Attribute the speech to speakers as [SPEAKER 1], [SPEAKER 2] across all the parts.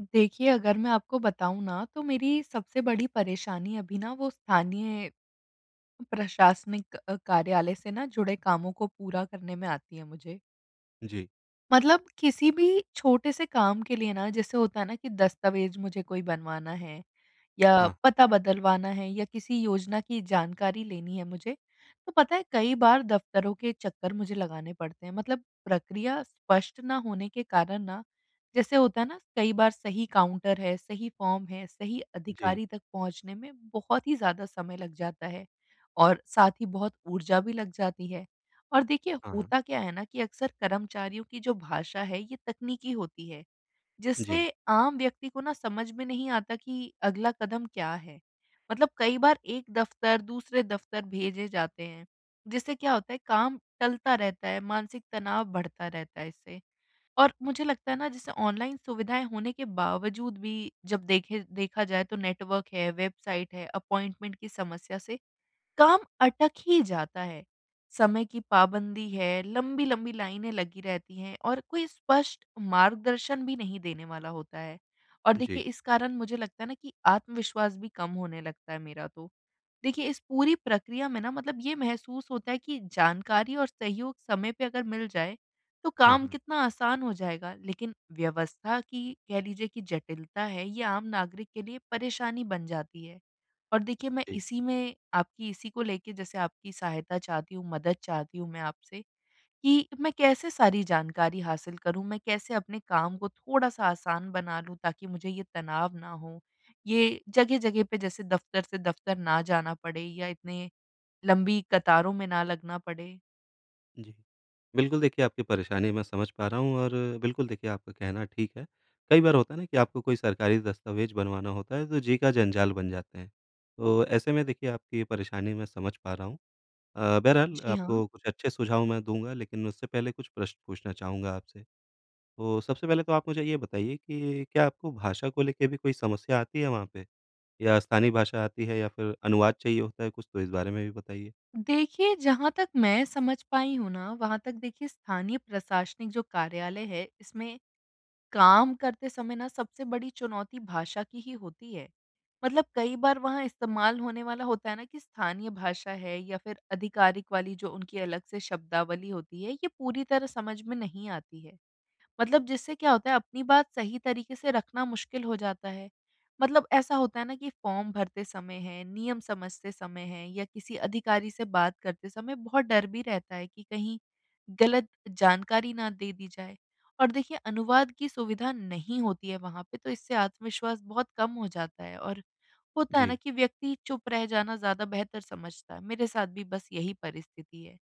[SPEAKER 1] देखिए, अगर मैं आपको बताऊँ ना, तो मेरी सबसे बड़ी परेशानी अभी ना वो स्थानीय प्रशासनिक कार्यालय से ना जुड़े कामों को पूरा करने में आती है मुझे।
[SPEAKER 2] जी।
[SPEAKER 1] मतलब किसी भी छोटे से काम के लिए ना जैसे होता है ना कि दस्तावेज मुझे कोई बनवाना है या
[SPEAKER 2] हाँ।
[SPEAKER 1] पता बदलवाना है या किसी योजना की जानकारी लेनी है मुझे, तो पता है कई बार दफ्तरों के चक्कर मुझे लगाने पड़ते हैं। मतलब प्रक्रिया स्पष्ट ना होने के कारण ना जैसे होता है ना, कई बार सही काउंटर है, सही फॉर्म है, सही
[SPEAKER 2] जी।
[SPEAKER 1] अधिकारी तक पहुँचने में बहुत ही ज़्यादा समय लग जाता है और साथ ही बहुत ऊर्जा भी लग जाती है। और देखिए
[SPEAKER 2] हाँ। हाँ।
[SPEAKER 1] होता क्या है ना कि अक्सर कर्मचारियों की जो भाषा है, ये तकनीकी होती है,
[SPEAKER 2] जी।
[SPEAKER 1] जिससे आम व्यक्ति को ना समझ में नहीं आता कि अगला कदम क्या है। मतलब कई बार एक दफ्तर दूसरे दफ्तर भेजे जाते हैं, जिससे क्या होता है काम टलता रहता है, मानसिक तनाव बढ़ता रहता है इससे। और मुझे लगता है ना, जैसे ऑनलाइन सुविधाएं होने के बावजूद भी जब देखे देखा जाए, तो नेटवर्क है, वेबसाइट है, अपॉइंटमेंट की समस्या से काम अटक ही जाता है। समय की पाबंदी है, लंबी-लंबी लाइनें लगी रहती हैं और कोई स्पष्ट मार्गदर्शन भी नहीं देने वाला होता है। और
[SPEAKER 2] जी।
[SPEAKER 1] देखिए इस कारण मुझे लगता है ना कि आत्मविश्वास भी कम होने लगता है मेरा तो। देखिए, इस पूरी प्रक्रिया में ना मतलब ये महसूस होता है कि जानकारी और सहयोग समय पे अगर मिल जाए, तो
[SPEAKER 2] हाँ।
[SPEAKER 1] काम
[SPEAKER 2] हाँ।
[SPEAKER 1] कितना आसान हो जाएगा। लेकिन व्यवस्था की, कह लीजिए कि जटिलता है, ये आम नागरिक के लिए परेशानी बन जाती है। और देखिए मैं
[SPEAKER 2] जी।
[SPEAKER 1] इसी में आपकी, इसी को लेके जैसे आपकी सहायता चाहती हूँ, मदद चाहती हूँ मैं आपसे कि मैं कैसे सारी जानकारी हासिल करूँ? मैं कैसे अपने काम को थोड़ा-सा आसान बना लूँ, ताकि मुझे ये तनाव ना हो? ये जगह-जगह पे जैसे दफ़्तर से दफ़्तर ना जाना पड़े या इतने लंबी कतारों में ना लगना पड़े?
[SPEAKER 2] जी। बिल्कुल देखिए, आपकी परेशानी मैं समझ पा रहा हूँ और बिल्कुल देखिए, आपका कहना ठीक है। कई बार होता है ना कि आपको कोई सरकारी दस्तावेज़ बनवाना होता है तो जी का जंजाल बन जाते हैं। तो ऐसे में देखिए आपकी परेशानी मैं समझ पा रहा हूँ। बहरहाल
[SPEAKER 1] जी, हाँ।
[SPEAKER 2] आपको कुछ अच्छे सुझाव मैं दूँगा, लेकिन उससे पहले कुछ प्रश्न पूछना चाहूँगा आपसे। तो सबसे पहले तो आप मुझे ये बताइए कि क्या आपको भाषा को लेके भी कोई समस्या आती है वहाँ पे? या स्थानीय भाषा आती है या फिर अनुवाद चाहिए होता है कुछ, तो इस बारे में भी बताइए?
[SPEAKER 1] देखिए, जहाँ तक मैं समझ पाई हूँ ना, वहाँ तक देखिए स्थानीय प्रशासनिक जो कार्यालय है, इसमें काम करते समय ना सबसे बड़ी चुनौती भाषा की ही होती है। मतलब कई बार वहाँ इस्तेमाल होने वाला होता है ना कि स्थानीय भाषा है या फिर आधिकारिक वाली जो उनकी अलग से शब्दावली होती है, ये पूरी तरह समझ में नहीं आती है। मतलब जिससे क्या होता है, अपनी बात सही तरीके से रखना मुश्किल हो जाता है। मतलब ऐसा होता है ना कि फॉर्म भरते समय है, नियम समझते समय है या किसी अधिकारी से बात करते समय बहुत डर भी रहता है कि कहीं गलत जानकारी ना दे दी जाए। और देखिए अनुवाद की सुविधा नहीं होती है वहाँ पे, तो इससे आत्मविश्वास बहुत कम हो जाता है और होता है ना
[SPEAKER 2] जी,
[SPEAKER 1] कि व्यक्ति चुप रह जाना ज़्यादा बेहतर समझता है। मेरे साथ भी बस यही परिस्थिति है।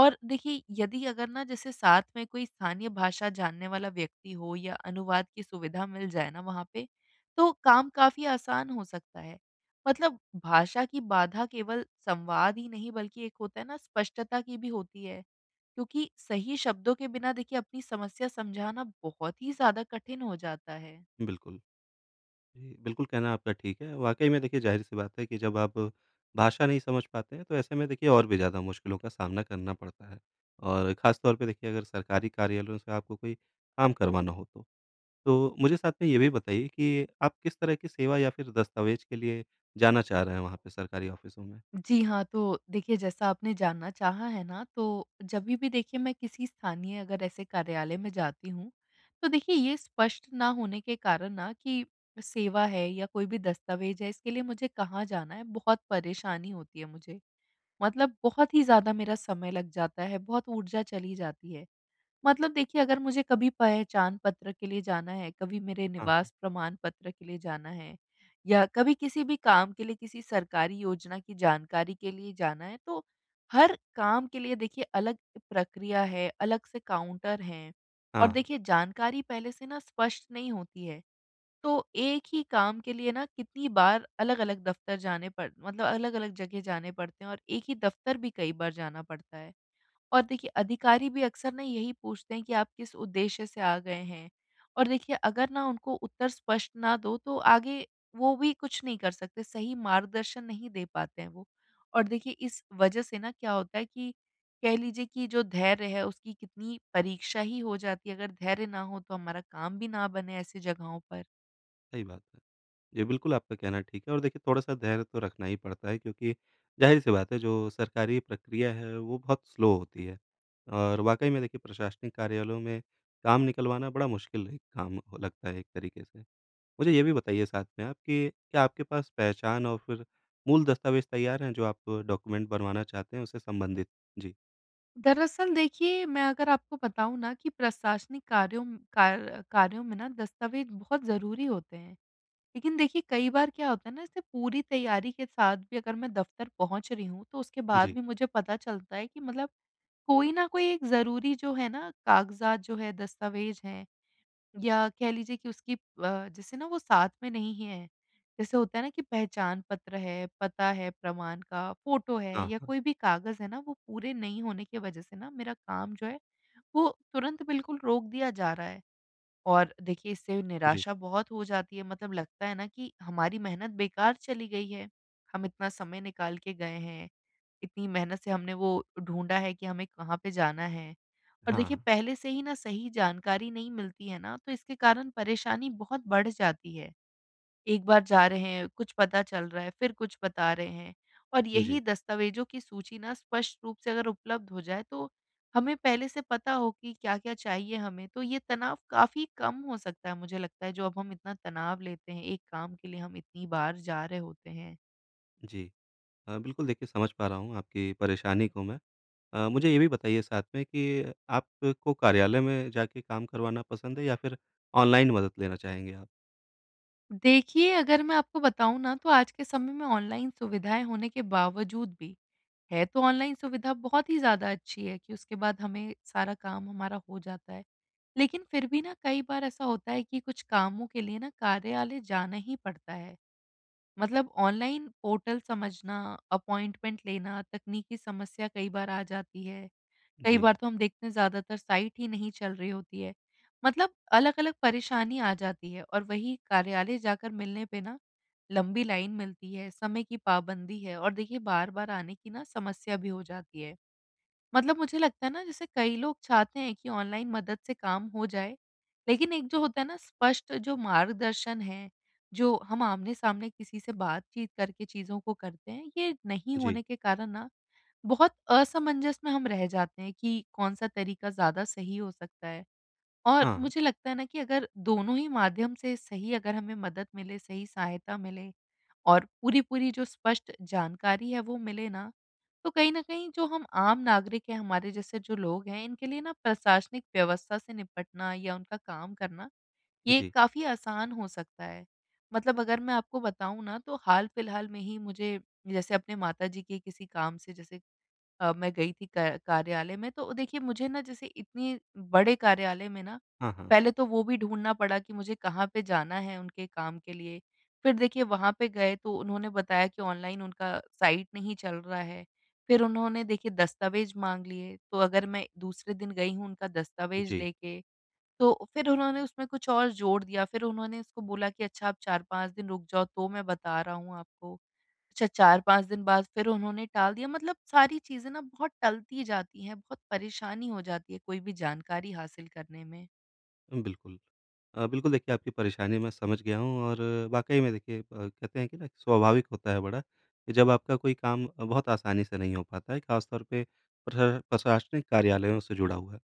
[SPEAKER 1] और देखिए यदि अगर ना जैसे साथ में कोई स्थानीय भाषा जानने वाला व्यक्ति हो या अनुवाद की सुविधा मिल जाए ना वहाँ पे, तो काम काफ़ी आसान हो सकता है। मतलब भाषा की बाधा केवल संवाद ही नहीं, बल्कि एक होता है ना स्पष्टता की भी होती है। क्योंकि सही शब्दों के बिना देखिए अपनी समस्या समझाना बहुत ही ज़्यादा कठिन हो जाता है।
[SPEAKER 2] बिल्कुल। जी, बिल्कुल, कहना आपका ठीक है। वाक़ई में देखिए ज़ाहिर-सी बात है कि जब आप भाषा नहीं समझ पाते हैं तो ऐसे में देखिए और भी ज़्यादा मुश्किलों का सामना करना पड़ता है। और ख़ास तौर पे देखिए अगर सरकारी कार्यालयों से आपको कोई काम करवाना हो तो। तो मुझे साथ में ये भी बताइए कि आप किस तरह की सेवा या फिर दस्तावेज़ के लिए जाना चाह रहे हैं वहाँ पे सरकारी ऑफ़िसों में?
[SPEAKER 1] जी हाँ, तो देखिए जैसा आपने जानना चाहा है ना, तो जभी भी देखिए मैं किसी स्थानीय अगर ऐसे कार्यालय में जाती हूँ, तो देखिए ये स्पष्ट ना होने के कारण ना कि सेवा है या कोई भी दस्तावेज़ है, इसके लिए मुझे कहाँ जाना है, बहुत परेशानी होती है मुझे। मतलब बहुत ही ज़्यादा मेरा समय लग जाता है, बहुत ऊर्जा चली जाती है। मतलब देखिए, अगर मुझे कभी पहचान पत्र के लिए जाना है, कभी मेरे
[SPEAKER 2] हाँ,
[SPEAKER 1] निवास प्रमाण पत्र के लिए जाना है या कभी किसी भी काम के लिए किसी सरकारी योजना की जानकारी के लिए जाना है, तो हर काम के लिए देखिए अलग प्रक्रिया है, अलग से काउंटर हैं और
[SPEAKER 2] हाँ,
[SPEAKER 1] देखिए जानकारी पहले से ना स्पष्ट नहीं होती है। तो एक ही काम के लिए ना कितनी बार अलग-अलग दफ्तर जाने पड़ मतलब अलग-अलग जगह जाने पड़ते हैं और एक ही दफ्तर भी कई बार जाना पड़ता है। और देखिए अधिकारी भी अक्सर ना यही पूछते हैं कि आप किस उद्देश्य से आ गए हैं और देखिए अगर ना उनको उत्तर स्पष्ट ना दो, तो आगे वो भी कुछ नहीं कर सकते, सही मार्गदर्शन नहीं दे पाते हैं वो। और देखिए इस वजह से ना क्या होता है कि कह लीजिए कि जो धैर्य है, उसकी कितनी परीक्षा ही हो जाती है, अगर धैर्य ना हो तो हमारा काम भी ना बने ऐसी जगहों पर।
[SPEAKER 2] सही बात है। जी, बिल्कुल आपका कहना ठीक है और देखिए थोड़ा-सा धैर्य तो रखना ही पड़ता है, क्योंकि ज़ाहिर-सी बात है जो सरकारी प्रक्रिया है वो बहुत स्लो होती है। और वाक़ई में देखिए प्रशासनिक कार्यालयों में काम निकलवाना बड़ा मुश्किल एक काम हो लगता है एक तरीके से। मुझे ये भी बताइए साथ में आप कि क्या आपके पास पहचान और फिर मूल दस्तावेज़ तैयार हैं जो आप डॉक्यूमेंट बनवाना चाहते हैं उससे संबंधित? जी।
[SPEAKER 1] दरअसल देखिए मैं अगर आपको बताऊं ना कि प्रशासनिक कार्यों में ना दस्तावेज बहुत ज़रूरी होते हैं। लेकिन देखिए कई बार क्या होता है ना, इससे पूरी तैयारी के साथ भी अगर मैं दफ़्तर पहुँच रही हूँ, तो उसके बाद
[SPEAKER 2] जी।
[SPEAKER 1] भी मुझे पता चलता है कि मतलब कोई ना कोई एक ज़रूरी जो है ना कागज़ात जो है, दस्तावेज़ हैं या कह लीजिए कि उसकी जैसे ना वो साथ में नहीं है। जैसे होता है ना कि पहचान पत्र है, पता है प्रमाण का, फ़ोटो है
[SPEAKER 2] हाँ,
[SPEAKER 1] या
[SPEAKER 2] हाँ।
[SPEAKER 1] कोई भी कागज़ है ना, वो पूरे नहीं होने की वज़ह से ना मेरा काम जो है, वो तुरंत बिल्कुल रोक दिया जा रहा है। और देखिए इससे
[SPEAKER 2] जी।
[SPEAKER 1] निराशा बहुत हो जाती है, मतलब लगता है ना कि हमारी मेहनत बेकार चली गई है। हम इतना समय निकाल के गए हैं, इतनी मेहनत से हमने वो ढूँढा है कि हमें कहाँ पे जाना है। और
[SPEAKER 2] हाँ,
[SPEAKER 1] देखिए
[SPEAKER 2] हाँ।
[SPEAKER 1] पहले से ही ना सही जानकारी नहीं मिलती है ना, तो इसके कारण परेशानी बहुत बढ़ जाती है। एक बार जा रहे हैं, कुछ पता चल रहा है, फिर कुछ बता रहे हैं और
[SPEAKER 2] जी।
[SPEAKER 1] यही दस्तावेज़ों की सूची ना स्पष्ट रूप से अगर उपलब्ध हो जाए, तो हमें पहले से पता हो कि क्या-क्या चाहिए हमें, तो ये तनाव काफ़ी कम हो सकता है मुझे लगता है, जो अब हम इतना तनाव लेते हैं, एक काम के लिए हम इतनी बार जा रहे होते हैं।
[SPEAKER 2] जी। बिल्कुल देखिए, समझ पा रहा हूँ आपकी परेशानी को मैं। मुझे ये भी बताइए साथ में कि आपको कार्यालय में जाके काम करवाना पसंद है या फिर ऑनलाइन मदद लेना चाहेंगे आप?
[SPEAKER 1] देखिए, अगर मैं आपको बताऊँ ना, तो आज के समय में ऑनलाइन सुविधाएँ होने के बावजूद भी, है तो ऑनलाइन सुविधा बहुत ही ज़्यादा अच्छी है कि उसके बाद हमें सारा काम हमारा हो जाता है। लेकिन फिर भी ना कई बार ऐसा होता है कि कुछ कामों के लिए ना कार्यालय जाना ही पड़ता है। मतलब ऑनलाइन पोर्टल समझना, अपॉइंटमेंट लेना, तकनीकी समस्या कई बार आ जाती है। कई
[SPEAKER 2] जी।
[SPEAKER 1] बार तो हम देखते हैं, ज़्यादातर साइट ही नहीं चल रही होती है। मतलब अलग-अलग परेशानी आ जाती है और वहीं कार्यालय जाकर मिलने पे ना लंबी लाइन मिलती है, समय की पाबंदी है और देखिए बार-बार आने की ना समस्या भी हो जाती है। मतलब मुझे लगता है ना, जैसे कई लोग चाहते हैं कि ऑनलाइन मदद से काम हो जाए, लेकिन एक जो होता है ना स्पष्ट जो मार्गदर्शन है, जो हम आमने-सामने किसी से बातचीत करके चीज़ों को करते हैं, ये नहीं
[SPEAKER 2] जी।
[SPEAKER 1] होने के कारण ना बहुत असमंजस में हम रह जाते हैं कि कौन-सा तरीका ज़्यादा सही हो सकता है। और
[SPEAKER 2] हाँ, हाँ।
[SPEAKER 1] मुझे लगता है ना कि अगर दोनों ही माध्यम से सही, अगर हमें मदद मिले, सही सहायता मिले और पूरी-पूरी जो स्पष्ट जानकारी है वो मिले ना, तो कहीं न कहीं जो हम आम नागरिक हैं, हमारे जैसे जो लोग हैं, इनके लिए ना प्रशासनिक व्यवस्था से निपटना या उनका काम करना, ये
[SPEAKER 2] जी।
[SPEAKER 1] काफ़ी आसान हो सकता है। मतलब अगर मैं आपको बताऊँ ना, तो हाल-फिलहाल में ही मुझे जैसे अपने माताजी के किसी काम से जैसे मैं गई थी क कार्यालय में, तो देखिए मुझे ना जैसे इतनी बड़े कार्यालय में ना,
[SPEAKER 2] हाँ, हाँ।
[SPEAKER 1] पहले तो वो भी ढूँढना पड़ा कि मुझे कहाँ पे जाना है उनके काम के लिए। फिर देखिए वहाँ पे गए तो उन्होंने बताया कि ऑनलाइन उनका साइट नहीं चल रहा है। फिर उन्होंने देखिए दस्तावेज़ माँग लिए, तो अगर मैं दूसरे दिन गई हूँ उनका दस्तावेज़
[SPEAKER 2] जी,
[SPEAKER 1] लेके, तो फिर उन्होंने उसमें कुछ और जोड़ दिया। फिर उन्होंने उसको बोला कि अच्छा, आप 4-5 दिन रुक जाओ तो मैं बता रहा हूँ आपको। अच्छा, 4-5 दिन बाद फिर उन्होंने टाल दिया, मतलब सारी चीज़ें ना बहुत टलती जाती हैं, बहुत परेशानी हो जाती है कोई भी जानकारी हासिल करने में।
[SPEAKER 2] बिल्कुल। बिल्कुल देखिए आपकी परेशानी मैं समझ गया हूँ और वाक़ई में देखिए कहते हैं कि ना स्वाभाविक होता है बड़ा कि जब आपका कोई काम बहुत आसानी से नहीं हो पाता है, ख़ास तौर पे प्रशासनिक कार्यालयों से जुड़ा हुआ।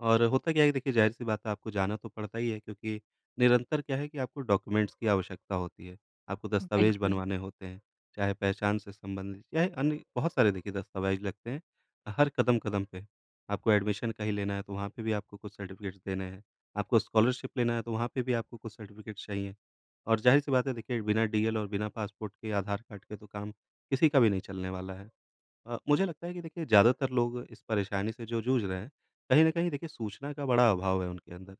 [SPEAKER 2] और होता क्या है कि देखिए ज़ाहिर-सी बात है आपको जाना तो पड़ता ही है, क्योंकि निरंतर क्या है कि आपको डॉक्यूमेंट्स की आवश्यकता होती है। आपको दस्तावेज़
[SPEAKER 1] बिल्कुल,
[SPEAKER 2] बनवाने होते हैं, चाहे पहचान से संबंधित चाहे अन्य बहुत सारे, देखिए दस्तावेज़ लगते हैं। हर कदम-कदम पे आपको एडमिशन कहीं लेना है तो वहाँ पे भी आपको कुछ सर्टिफ़िकेट्स देने हैं। आपको स्कॉलरशिप लेना है तो वहाँ पे भी आपको कुछ सर्टिफ़िकेट्स चाहिए। और ज़ाहिर-सी बात है देखिए बिना डीएल और बिना पासपोर्ट के, आधार कार्ड के तो काम किसी का भी नहीं चलने वाला है। मुझे लगता है कि देखिए ज़्यादातर लोग इस परेशानी से जो जूझ रहे हैं, कहीं न कहीं देखिए सूचना का बड़ा अभाव है उनके अंदर,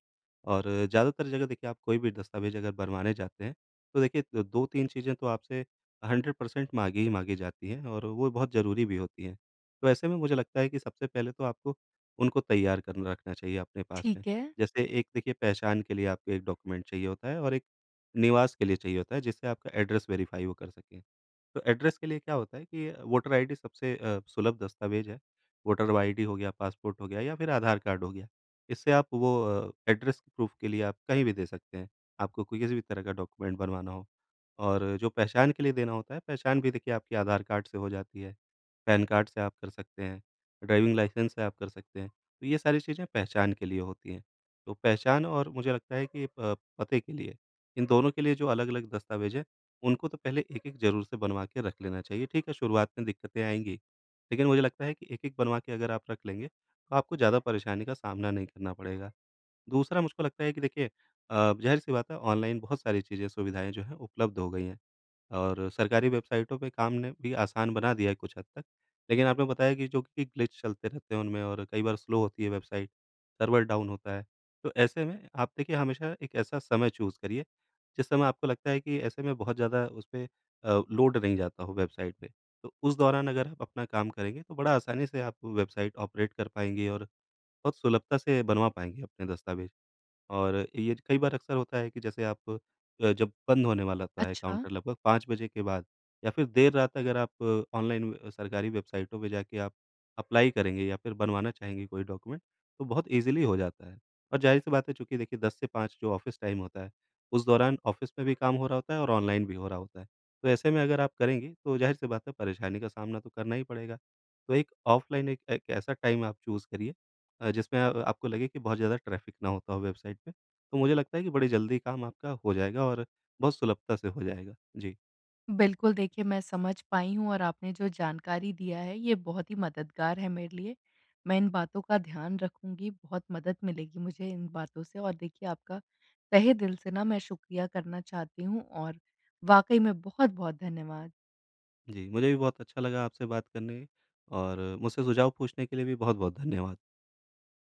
[SPEAKER 2] और ज़्यादातर जगह देखिए आप कोई भी दस्तावेज़ अगर बनवाने जाते हैं, तो देखिए द 2-3 चीज़ें तो आपसे 100% माँगी ही माँगी जाती हैं और वो बहुत ज़रूरी भी होती हैं। तो ऐसे में मुझे लगता है कि सबसे पहले तो आपको उनको तैयार कर रखना चाहिए अपने पास में।
[SPEAKER 1] ठीक है।
[SPEAKER 2] जैसे एक देखिए पहचान के लिए आपको एक डॉक्यूमेंट चाहिए होता है और एक निवास के लिए चाहिए होता है, जिससे आपका एड्रेस वेरीफ़ाई वो कर सकें। तो एड्रेस के लिए क्या होता है कि वोटर आईडी सबसे सुलभ दस्तावेज है। वोटर आईडी हो गया, पासपोर्ट हो गया, या फिर आधार कार्ड हो गया। इससे आप वो एड्रेस प्रूफ़ के लिए आप कहीं भी दे सकते हैं। आपको कोई किसी भी तरह का डॉक्यूमेंट बनवाना हो। और जो पहचान के लिए देना होता है, पहचान भी देखिए आपके आधार कार्ड से हो जाती है, पैन कार्ड से आप कर सकते हैं, ड्राइविंग लाइसेंस से आप कर सकते हैं। तो ये सारी चीज़ें पहचान के लिए होती हैं। तो पहचान और मुझे लगता है कि पते के लिए, इन दोनों के लिए जो अलग-अलग दस्तावेज़ हैं उनको तो पहले एक-एक ज़रूर से बनवा के रख लेना चाहिए। ठीक है, शुरुआत में दिक्कतें आएँगी, लेकिन मुझे लगता है कि एक-एक बनवा के अगर आप रख लेंगे, तो आपको ज़्यादा परेशानी का सामना नहीं करना पड़ेगा। दूसरा मुझको लगता है कि देखिए ज़ाहिर-सी बात है ऑनलाइन बहुत सारी चीज़ें, सुविधाएँ जो हैं उपलब्ध हो गई हैं और सरकारी वेबसाइटों पे काम ने भी आसान बना दिया है कुछ हद तक। लेकिन आपने बताया कि जो कि ग्लिच चलते रहते हैं उनमें, और कई बार स्लो होती है वेबसाइट, सर्वर डाउन होता है। तो ऐसे में आप देखिए हमेशा एक ऐसा समय चूज़ करिए जिस समय आपको लगता है कि ऐसे में बहुत ज़्यादा उसपे लोड नहीं जाता हो वेबसाइट पे, तो उस दौरान अगर आप अपना काम करेंगे तो बड़ा आसानी से आप वेबसाइट ऑपरेट कर पाएँगे और बहुत सुलभता से बनवा पाएँगे अपने दस्तावेज़। और ये कई बार अक्सर होता है कि जैसे आप जब बंद होने वाला होता है
[SPEAKER 1] अच्छा।
[SPEAKER 2] काउंटर लगभग 5 बजे के बाद, या फिर देर रात अगर आप ऑनलाइन सरकारी वेबसाइटों पे जाके आप अप्लाई करेंगे या फिर बनवाना चाहेंगे कोई डॉक्यूमेंट, तो बहुत ईज़िली हो जाता है। और ज़ाहिर-सी बात है चूँकि देखिए 10 से 5 जो ऑफ़िस टाइम होता है, उस दौरान ऑफ़िस में भी काम हो रहा होता है और ऑनलाइन भी हो रहा होता है। तो ऐसे में अगर आप करेंगे तो ज़ाहिर-सी बात है परेशानी का सामना तो करना ही पड़ेगा। तो एक ऑफ़लाइन एक एक ऐसा टाइम आप चूज़ करिए, जिसमें आपको लगे कि बहुत ज़्यादा ट्रैफ़िक ना होता हो वेबसाइट पे। तो मुझे लगता है कि बड़ी जल्दी काम आपका हो जाएगा और बहुत सुलभता से हो जाएगा। जी।
[SPEAKER 1] बिल्कुल, देखिए मैं समझ पाई हूँ और आपने जो जानकारी दिया है, ये बहुत ही मददगार है मेरे लिए। मैं इन बातों का ध्यान रखूँगी, बहुत मदद मिलेगी मुझे इन बातों से और देखिए आपका तहे दिल से ना मैं शुक्रिया करना चाहती हूँ और वाक़ई में बहुत-बहुत धन्यवाद।
[SPEAKER 2] जी, मुझे भी बहुत अच्छा लगा आपसे बात करने और मुझसे सुझाव पूछने के लिए भी बहुत-बहुत धन्यवाद।